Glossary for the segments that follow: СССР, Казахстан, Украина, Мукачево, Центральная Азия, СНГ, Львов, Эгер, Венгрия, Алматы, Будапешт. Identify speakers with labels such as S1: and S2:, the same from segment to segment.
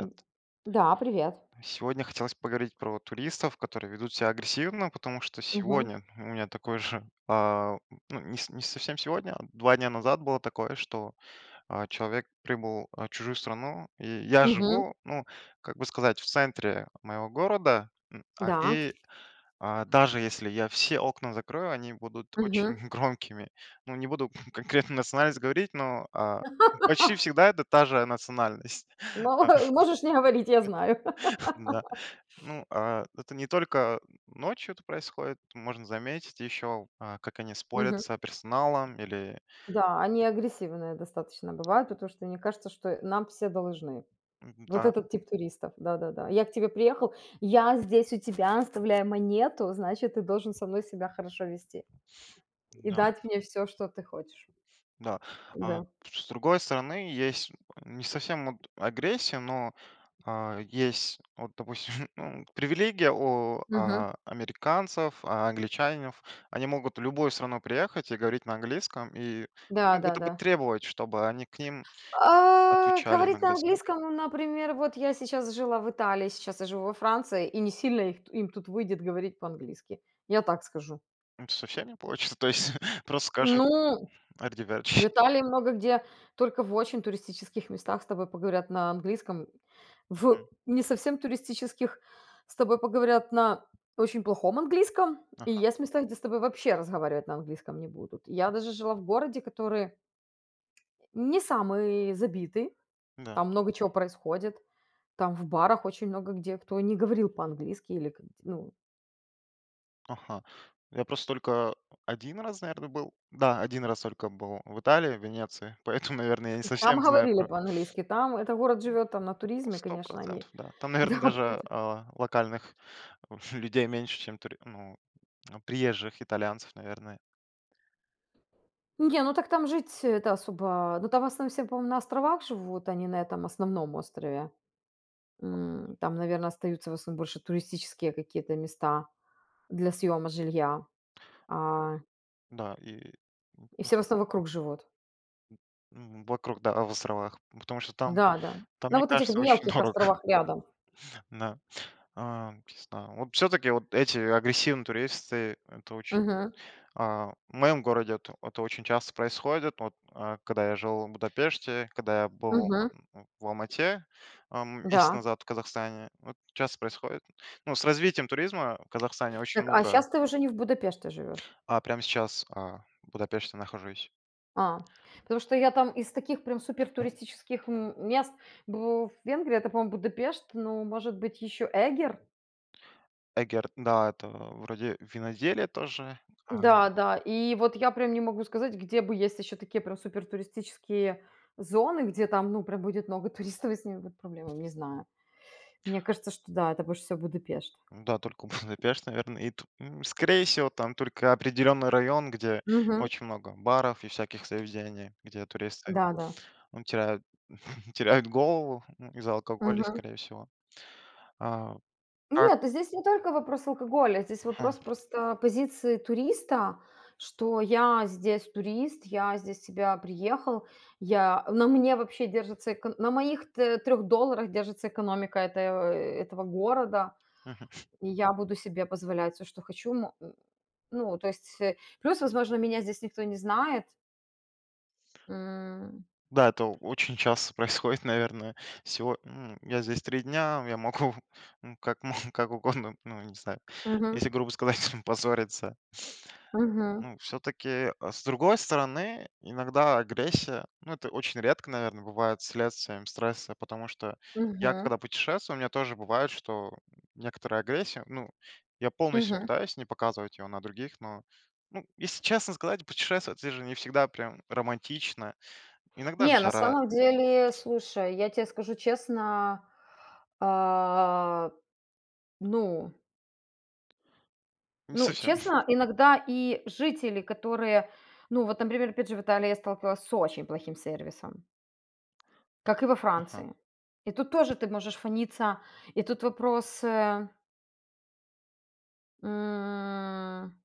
S1: М. Да, привет.
S2: Сегодня хотелось поговорить про туристов, которые ведут себя агрессивно, потому что
S1: Мгм.
S2: сегодня у меня такой же, ну, не совсем сегодня, а 2 дня назад было такое, что человек прибыл в чужую страну, и я
S1: Мгм.
S2: живу, ну, как бы сказать, в центре моего города,
S1: Да.
S2: и даже если я все окна закрою, они будут очень
S1: Мгм.
S2: громкими. Ну, не буду конкретно национальность говорить, но почти всегда это та же национальность.
S1: Ну, можешь не говорить, я знаю.
S2: Да. Ну, это не только ночью это происходит, можно заметить еще, как они спорят
S1: Мгм.
S2: с персоналом или.
S1: Да, они агрессивные достаточно бывают, потому что мне кажется, что нам все должны.
S2: М,
S1: Вот
S2: да,
S1: этот тип туристов, да-да-да. Я к тебе приехал, я здесь у тебя оставляю монету, значит, ты должен со мной себя хорошо вести и
S2: да,
S1: дать мне все, что ты хочешь.
S2: да. А
S1: Да.
S2: с другой стороны, есть не совсем вот агрессия, но, есть вот, допустим, ну, привилегия у,
S1: Мгм.
S2: американцев, англичанинов. Они могут в любую страну приехать и говорить на английском, и, ну, будто бы
S1: Да-да-да.
S2: требовать, чтобы они к ним отвечали на
S1: Говорить на
S2: английском.
S1: английском, ну, например, вот я сейчас жила в Италии, сейчас я живу во Франции, и не сильно их, им тут выйдет говорить по-английски. Я так скажу.
S2: Это совсем не получится. То есть просто скажут
S1: Ну,
S2: Ардиверч.
S1: в Италии много где, только в очень туристических местах с тобой поговорят на английском. В
S2: Мгм.
S1: не совсем туристических с тобой поговорят на очень плохом английском. И
S2: Ага,
S1: есть места, где с тобой вообще разговаривать на английском не будут. Я даже жила в городе, который не самый забитый,
S2: да.
S1: там много чего происходит. Там в барах очень много где кто не говорил по-английски или как, ну,
S2: Ага. Я просто только один раз, наверное, был. Да, один раз только был в Италии, в Венеции, поэтому, наверное, я не
S1: там
S2: совсем знаю
S1: говорили
S2: про.
S1: по-английски, там это город живет там на
S2: Ну,
S1: туризме,
S2: сто
S1: конечно, они
S2: процентов. Да. Там,
S1: да,
S2: наверное, даже,
S1: поэтому
S2: локальных людей меньше, чем тури ну, приезжих итальянцев, наверное.
S1: не, ну так там жить это особо, ну, там в основном все, по-моему, на островах живут, они на этом основном острове. Там, наверное, остаются в основном больше туристические какие-то места для съема жилья, а,
S2: Да, и м,
S1: и все в основном вокруг живут.
S2: вокруг, да, в островах, потому что там
S1: Да, да.
S2: там,
S1: На
S2: мне
S1: вот этих
S2: кажется, очень
S1: мелких
S2: дорого.
S1: островах рядом.
S2: Да. Не знаю. Вот все таки вот эти агрессивные туристы- это очень.
S1: Мгм,
S2: В моем городе это очень часто происходит. Вот, когда я жил в Будапеште, когда я был
S1: мгм,
S2: в Алмате месяц
S1: да.
S2: назад в Казахстане, вот часто происходит. Ну, с развитием туризма в Казахстане очень
S1: Так, а
S2: много.
S1: сейчас ты уже не в Будапеште живешь?
S2: Прямо сейчас в Будапеште нахожусь.
S1: А, Потому что я там из таких прям супер туристических мест бу в Венгрии, это, по-моему, Будапешт, ну, может быть, еще Эгер.
S2: Эгер, да, это вроде виноделие тоже. А,
S1: Да, да. И вот я прям не могу сказать, где бы есть еще такие прям супер туристические зоны, где там, ну, прям будет много туристов, и с ними будут проблемы, не знаю. Мне кажется, что да, это больше всего Будапешт.
S2: да, только Будапешт, наверное. И, скорее всего, там только определенный район, где
S1: Мгм.
S2: очень много баров и всяких заведений, где туристы.
S1: Да, да.
S2: Ну, теряют теряют голову, ну, из-за алкоголя,
S1: Мгм.
S2: скорее всего. А, как.
S1: Нет, здесь не только вопрос алкоголя, здесь вопрос
S2: Ага,
S1: просто позиции туриста, что я здесь турист, я здесь себя приехал, я на мне вообще держится эко на моих т 3 долларах держится экономика этого города,
S2: мгм.
S1: и я буду себе позволять все, что хочу. Ну, то есть, плюс, возможно, меня здесь никто не знает. М.
S2: Да, это очень часто происходит, наверное. Всего я здесь 3 дня, я могу, ну, как угодно, ну, не знаю,
S1: Мгм.
S2: если грубо сказать, позориться.
S1: Мгм.
S2: Ну, все-таки, с другой стороны, иногда агрессия, ну, это очень редко, наверное, бывает следствием стресса, потому что я,
S1: Мгм.
S2: когда путешествую, у меня тоже бывает, что некоторая агрессия, ну, я полностью
S1: Мгм.
S2: пытаюсь не показывать ее на других, но, ну, если честно сказать, путешествовать это же не всегда прям романтично. Иногда
S1: Не, на
S2: жара,
S1: самом деле, слушай, я тебе скажу честно, а, ну,
S2: не
S1: ну,
S2: совсем.
S1: честно, иногда и жители, которые, ну, вот, например, опять же, в Италии я сталкивалась с очень плохим сервисом, как и во
S2: Ага.
S1: Франции. И тут тоже ты можешь фониться, и тут вопрос, м,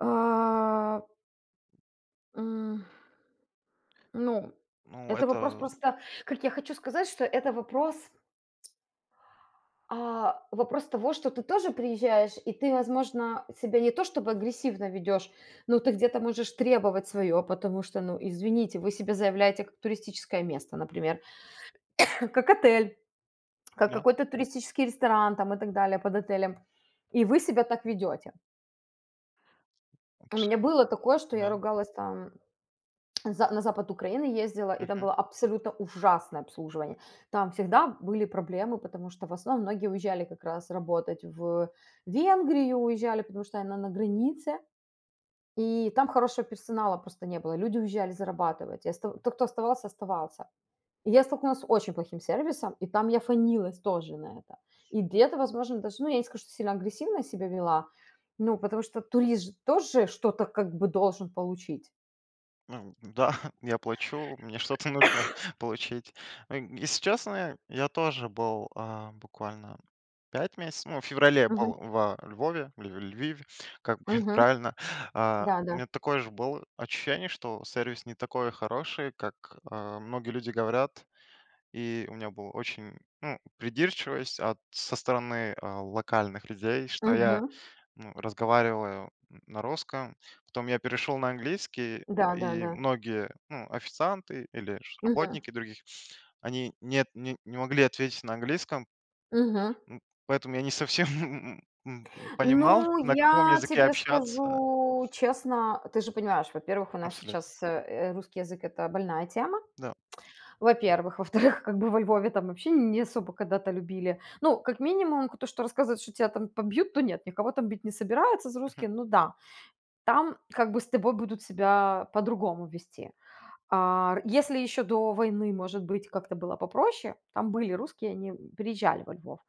S1: а, м, ну,
S2: Ну,
S1: это вопрос
S2: это
S1: просто, как я хочу сказать, что это вопрос, вопрос того, что ты тоже приезжаешь, и ты, возможно, себя не то чтобы агрессивно ведешь, но ты где-то можешь требовать свое, потому что, ну, извините, вы себя заявляете как туристическое место, например, как отель, как
S2: да,
S1: какой-то туристический ресторан там и так далее под отелем, и вы себя так ведете. У меня
S2: абсолютно,
S1: было такое, что я
S2: да.
S1: ругалась там, За на запад Украины ездила, и там
S2: Мгм.
S1: было абсолютно ужасное обслуживание. Там всегда были проблемы, потому что в основном многие уезжали как раз работать в Венгрию, уезжали, потому что она на границе, и там хорошего персонала просто не было. Люди уезжали зарабатывать, и оста тот, кто оставался, оставался. И я столкнулась с очень плохим сервисом, и там я фанилась тоже на это. И где-то, возможно, даже, ну, я не скажу, что сильно агрессивно себя вела, ну, потому что турист же тоже что-то как бы должен получить.
S2: Ну да, я плачу, мне что-то нужно получить. Если честно, я тоже был, буквально 5 месяцев, ну, в феврале
S1: Мгм,
S2: был во Львове, Ль Львиве, как будет
S1: мгм.
S2: правильно. У
S1: Да-да.
S2: меня такое же было ощущение, что сервис не такой хороший, как, многие люди говорят. И у меня была очень, ну, придирчивость от со стороны, локальных людей, что я
S1: Мгм.
S2: ну, разговаривала на русском. Потом я перешел на английский, и
S1: Да-да-да.
S2: многие ну, официанты или ж
S1: Мгм.
S2: работники других, они не могли ответить на английском,
S1: Мгм.
S2: поэтому я не совсем понимал,
S1: Ну,
S2: на каком
S1: я
S2: языке
S1: тебе
S2: общаться.
S1: скажу честно, ты же понимаешь, во-первых, у нас
S2: Абсолютно.
S1: сейчас, русский язык — это больная тема,
S2: Да.
S1: во-первых. Во-вторых, как бы во Львове там вообще не особо когда-то любили. Ну, как минимум, то, что рассказывают, что тебя там побьют, то нет, никого там бить не собираются за
S2: Мгм.
S1: русские. Ну да. Там как бы с тобой будут себя по-другому вести. Если еще до войны, может быть, как-то было попроще, там были русские, они приезжали во Львов.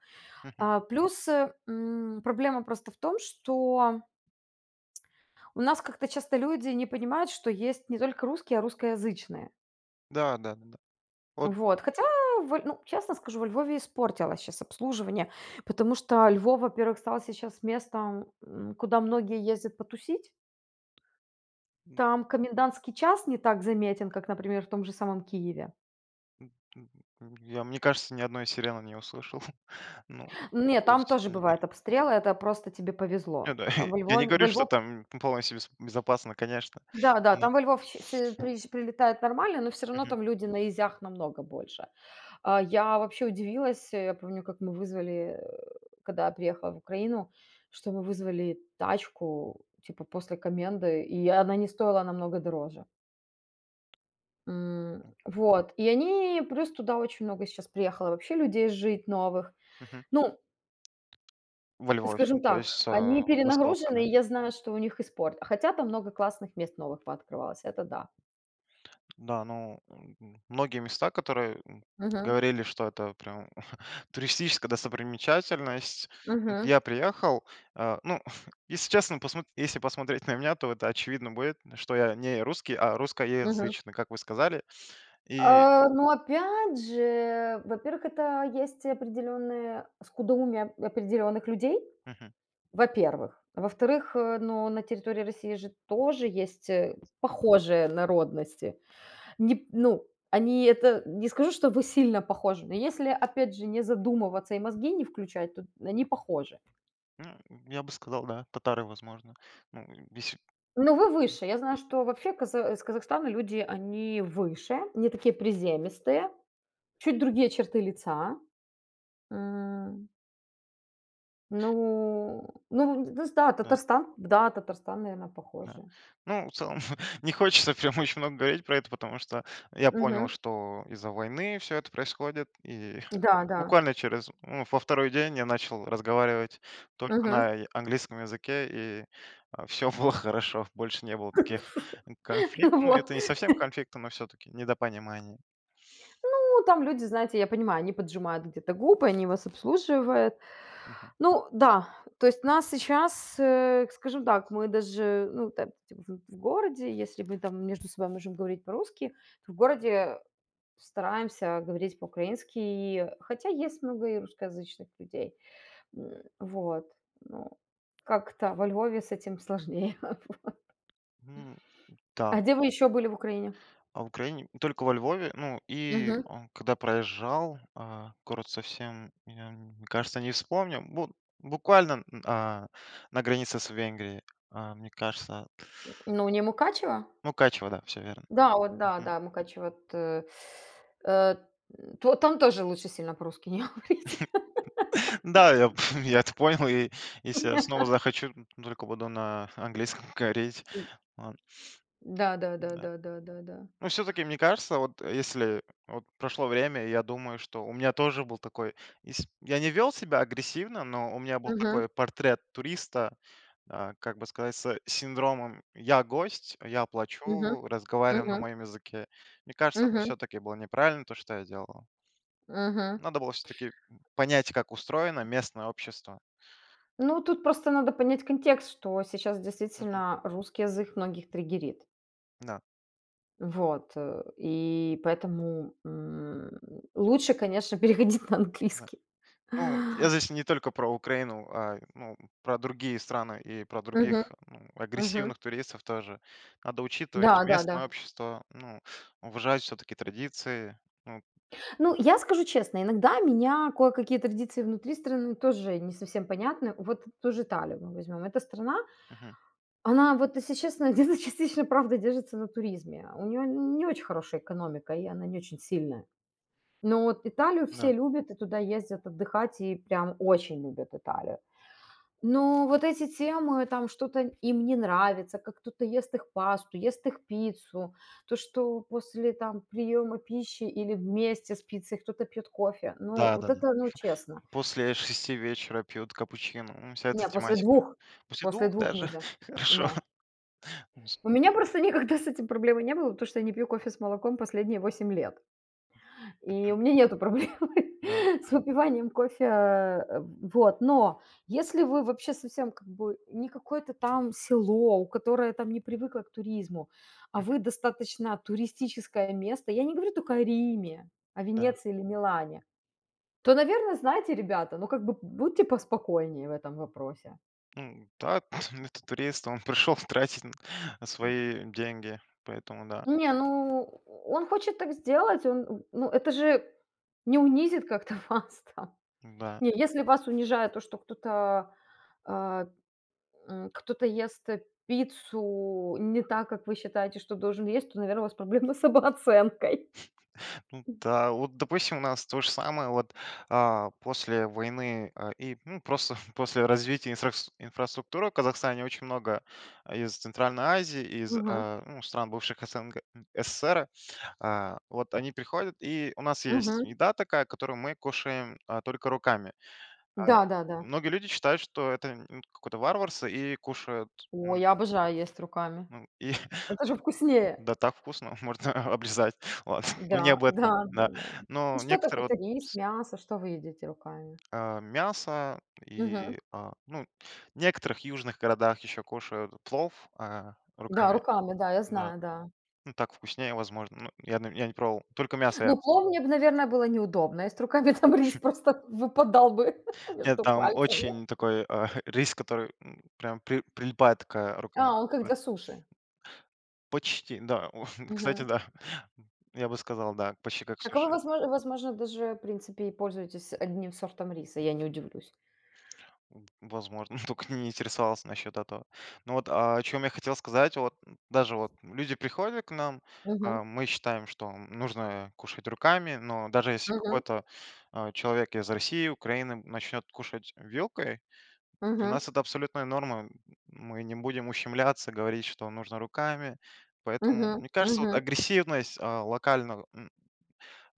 S2: Мгм.
S1: Плюс, проблема просто в том, что у нас как-то часто люди не понимают, что есть не только русские, а русскоязычные.
S2: Да, да, да. Да. Вот
S1: Вот. Хотя, во ну, честно скажу, во Львове испортилось сейчас обслуживание, потому что Львов, во-первых, стал сейчас местом, куда многие ездят потусить.
S2: м,
S1: Там комендантский час не так заметен, как, например, в том же самом Киеве.
S2: м, м, мне кажется, ни одной сирены не услышал. Ну,
S1: Нет,
S2: какую
S1: там тоже
S2: сирену
S1: бывают
S2: неделю.
S1: обстрелы, это просто тебе
S2: Ну
S1: повезло.
S2: да,
S1: Там во
S2: я не
S1: Львове, во
S2: говорю, что
S1: Львов
S2: там полностью безопасно, конечно.
S1: да, да,
S2: Да.
S1: там во Львов щ с приезж прилетает нормально, но все равно
S2: Мгм.
S1: там люди на изях намного больше. Я вообще удивилась, я помню, как мы вызвали, когда я приехала в Украину, что мы вызвали тачку, типа, после коменды, и она не стоила намного дороже. Вот, и они плюс туда очень много сейчас приехало вообще людей жить новых.
S2: Мгм.
S1: Ну,
S2: Во Львове,
S1: скажем
S2: то есть
S1: так,
S2: с,
S1: они
S2: э, востока,
S1: перенагружены, и
S2: да?
S1: я знаю, что у них и спорт. Хотя там много классных мест новых пооткрывалось, это да.
S2: Да, ну, многие места, которые,
S1: Мгм,
S2: говорили, что это прям туристическая достопримечательность. Вот
S1: мгм,
S2: я приехал, ну, если честно, посмо если посмотреть на меня, то это очевидно будет, что я не русский, а
S1: мгм.
S2: русскоязычный, как вы сказали. И
S1: Но опять же, во-первых, это есть определённое скудоумие определенных людей,
S2: мгм.
S1: во-первых. Во-вторых, ну, на территории России же тоже есть, похожие народности. Не, ну, они, это не скажу, что вы сильно похожи, но если, опять же, не задумываться и мозги не включать, то они похожи.
S2: Ну, я бы сказал, да, татары, возможно. Ну, если
S1: Но вы выше. Я знаю, что вообще каза из Казахстана люди, они выше, не такие приземистые, чуть другие черты лица. М. Ну, ну, д да,
S2: да.
S1: Татарстан. Да, Татарстан, наверное,
S2: Да.
S1: похоже.
S2: Ну, в целом, не хочется прям очень много говорить про это, потому что я понял,
S1: Мгм.
S2: что из-за войны все это происходит. И
S1: Да, да.
S2: буквально через, ну, во второй день я начал разговаривать только
S1: Мгм.
S2: на английском языке, и все было хорошо. Больше не было таких конфликтов. Ну,
S1: Вот.
S2: это не совсем конфликты, но все-таки недопонимание.
S1: Ну, там люди, знаете, я понимаю, они поджимают где-то губы, они вас обслуживают.
S2: Мгм.
S1: Ну да, то есть нас сейчас, скажем так, мы даже, ну, там типа, в городе, если мы там между собой можем говорить по-русски, то в городе стараемся говорить по-украински, и хотя есть много и русскоязычных людей. Вот, ну, как-то во Львове с этим сложнее.
S2: М, да.
S1: А где вы еще были в Украине?
S2: А в Украине только во Львове. Ну, и,
S1: Мгм.
S2: когда проезжал, город совсем, мне кажется, не вспомню. Бу буквально, на границе с Венгрией, мне кажется.
S1: Ну, не Мукачево?
S2: Ну, Мукачево, да, все верно.
S1: Да, вот да,
S2: Мгм.
S1: да, Мукачево, э, э, то там тоже лучше сильно по-русски не говорить.
S2: Да, я я это понял, и если я снова захочу, только буду на английском говорить. Ладно,
S1: Да, да, да,
S2: да.
S1: да, да, да, да.
S2: Ну, все-таки, мне кажется, вот если вот прошло время, я думаю, что у меня тоже был такой... Я не вел себя агрессивно, но у меня был
S1: Мгм,
S2: такой портрет туриста, как бы сказать, с синдромом «я гость, я
S1: мгм,
S2: плачу, разговариваю на
S1: мгм,
S2: моем языке». Мне кажется, это
S1: мгм,
S2: все-таки было неправильно, то, что я делал.
S1: мгм.
S2: Надо было все-таки понять, как устроено местное общество.
S1: Ну, тут просто надо понять контекст, что сейчас
S2: Мгм.
S1: действительно русский язык многих триггерит.
S2: Да,
S1: Вот, и поэтому, лучше, конечно, переходить на
S2: да.
S1: английский.
S2: Ну, я здесь не только про Украину, ну, про другие страны и про
S1: Мгм,
S2: других, ну,
S1: мгм.
S2: агрессивных туристов тоже. Надо учитывать
S1: Да, да, да.
S2: местное общество, ну, уважать все-таки традиции. Ну,
S1: Ну, я скажу честно, иногда меня кое-какие традиции внутри страны тоже не совсем понятны. Вот ту же Италию мы возьмем. Эта страна,
S2: мгм,
S1: она вот, если честно, где-то частично, правда, держится на туризме. У нее не очень хорошая экономика, и она не очень сильная. Но вот Италию все
S2: да.
S1: любят и туда ездят отдыхать, и прям очень любят Италию. Ну, вот эти темы, там что-то им не нравится, как кто-то ест их пасту, ест их пиццу, то, что после там приема пищи или вместе с пиццей кто-то пьет кофе. Ну, вот
S2: Да-да-да.
S1: это, ну, честно.
S2: После 6 вечера пьют капучино. Ну, вся эта
S1: Не, после
S2: тематика.
S1: двух,
S2: После 2 даже
S1: нельзя.
S2: хорошо.
S1: Да.
S2: С
S1: У меня просто никогда с этим проблемы не было, потому что я не пью кофе с молоком последние 8 лет. И у меня нету проблемы
S2: да,
S1: с выпиванием кофе, вот. Но если вы вообще совсем как бы не какое-то там село, у которое там не привыкло к туризму, а
S2: мгм,
S1: вы достаточно туристическое место, я не говорю только о Риме, о
S2: да.
S1: Венеции или Милане, то, наверное, знаете, ребята, ну как бы будьте поспокойнее в этом вопросе.
S2: Ну да, это турист, он пришел тратить н свои деньги, поэтому да,
S1: Не, ну он хочет так сделать, он, ну это же не унизит как-то вас там.
S2: да.
S1: Не, если вас унижает то, что кто-то, а, кто-то ест, пиццу не так, как вы считаете, что должен есть, то, наверное, у вас проблемы с самооценкой.
S2: Ну да, вот, допустим, у нас то же самое, вот, после войны, и, ну, просто после развития инфраструктуры в Казахстане очень много из Центральной Азии, из,
S1: Мгм,
S2: ну, стран бывших СНГ, СССР, вот они приходят, и у нас
S1: мгм.
S2: есть еда такая, которую мы кушаем, только руками. А,
S1: Да-да-да.
S2: многие люди считают, что это, какое-то варварство и кушают,
S1: О,
S2: м,
S1: я обожаю есть руками.
S2: ну, и
S1: Это же вкуснее.
S2: да, так вкусно, можно обрезать. Ладно, ну, не
S1: Да,
S2: об
S1: да,
S2: этом,
S1: да,
S2: да.
S1: да. Ну,
S2: Но
S1: что такое,
S2: некоторые вот
S1: какой рис, мясо, что вы едите руками?
S2: мясо
S1: Мгм.
S2: и, ну, в некоторых южных городах еще кушают плов
S1: Да,
S2: руками,
S1: руками, да, я
S2: да.
S1: знаю, да.
S2: Ну, так вкуснее, возможно. Ну, я не пробовал. Только мясо я.
S1: Ну, плов мне бы, наверное, было неудобно. Если руками, там рис просто выпадал бы
S2: Нет,
S1: между
S2: там
S1: пальцами.
S2: очень такой рис, который прям прилипает к рукам.
S1: А, он как для суши.
S2: Почти, да. Кстати,
S1: Мгм.
S2: да. Я бы сказал, да, почти как
S1: Так, а вы,
S2: суши.
S1: возможно, даже, в принципе, и пользуетесь одним сортом риса, я не удивлюсь.
S2: Возможно, только не интересовался насчет этого. Ну вот, о чем я хотел сказать, вот даже вот люди приходят к нам,
S1: Мгм.
S2: мы считаем, что нужно кушать руками, но даже если
S1: Мгм.
S2: какой-то человек из России, Украины начнет кушать вилкой, для
S1: Мгм.
S2: нас это абсолютная норма. Мы не будем ущемляться, говорить, что нужно руками. Поэтому,
S1: Мгм.
S2: мне кажется, вот
S1: Мгм.
S2: агрессивность локально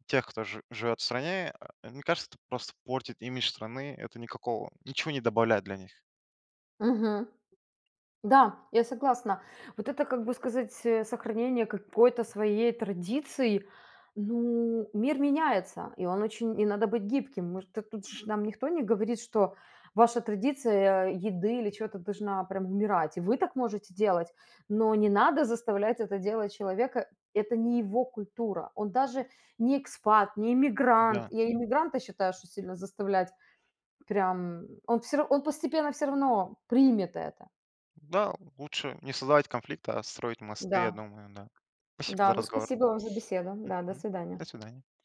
S2: тех, кто живет в стране, мне кажется, это просто портит имидж страны. Это никакого, ничего не добавляет для них.
S1: Мгм. Да, я согласна. Вот это, как бы сказать, сохранение какой-то своей традиции. Ну, мир меняется, и он очень, и надо быть гибким. Мы, тут же нам никто не говорит, что ваша традиция, еды или чего-то должна прям умирать. И вы так можете делать, но не надо заставлять это делать человека. Это не его культура. Он даже не экспат, не иммигрант.
S2: Да,
S1: Я иммигранта считаю, что сильно заставлять прям... Он, все, он постепенно все равно примет это.
S2: да, лучше не создавать конфликта, а строить мосты, я
S1: Да.
S2: думаю, да. Спасибо
S1: Да,
S2: за
S1: ну
S2: разговор.
S1: спасибо вам за беседу. Да, до
S2: Мгм.
S1: свидания.
S2: До свидания.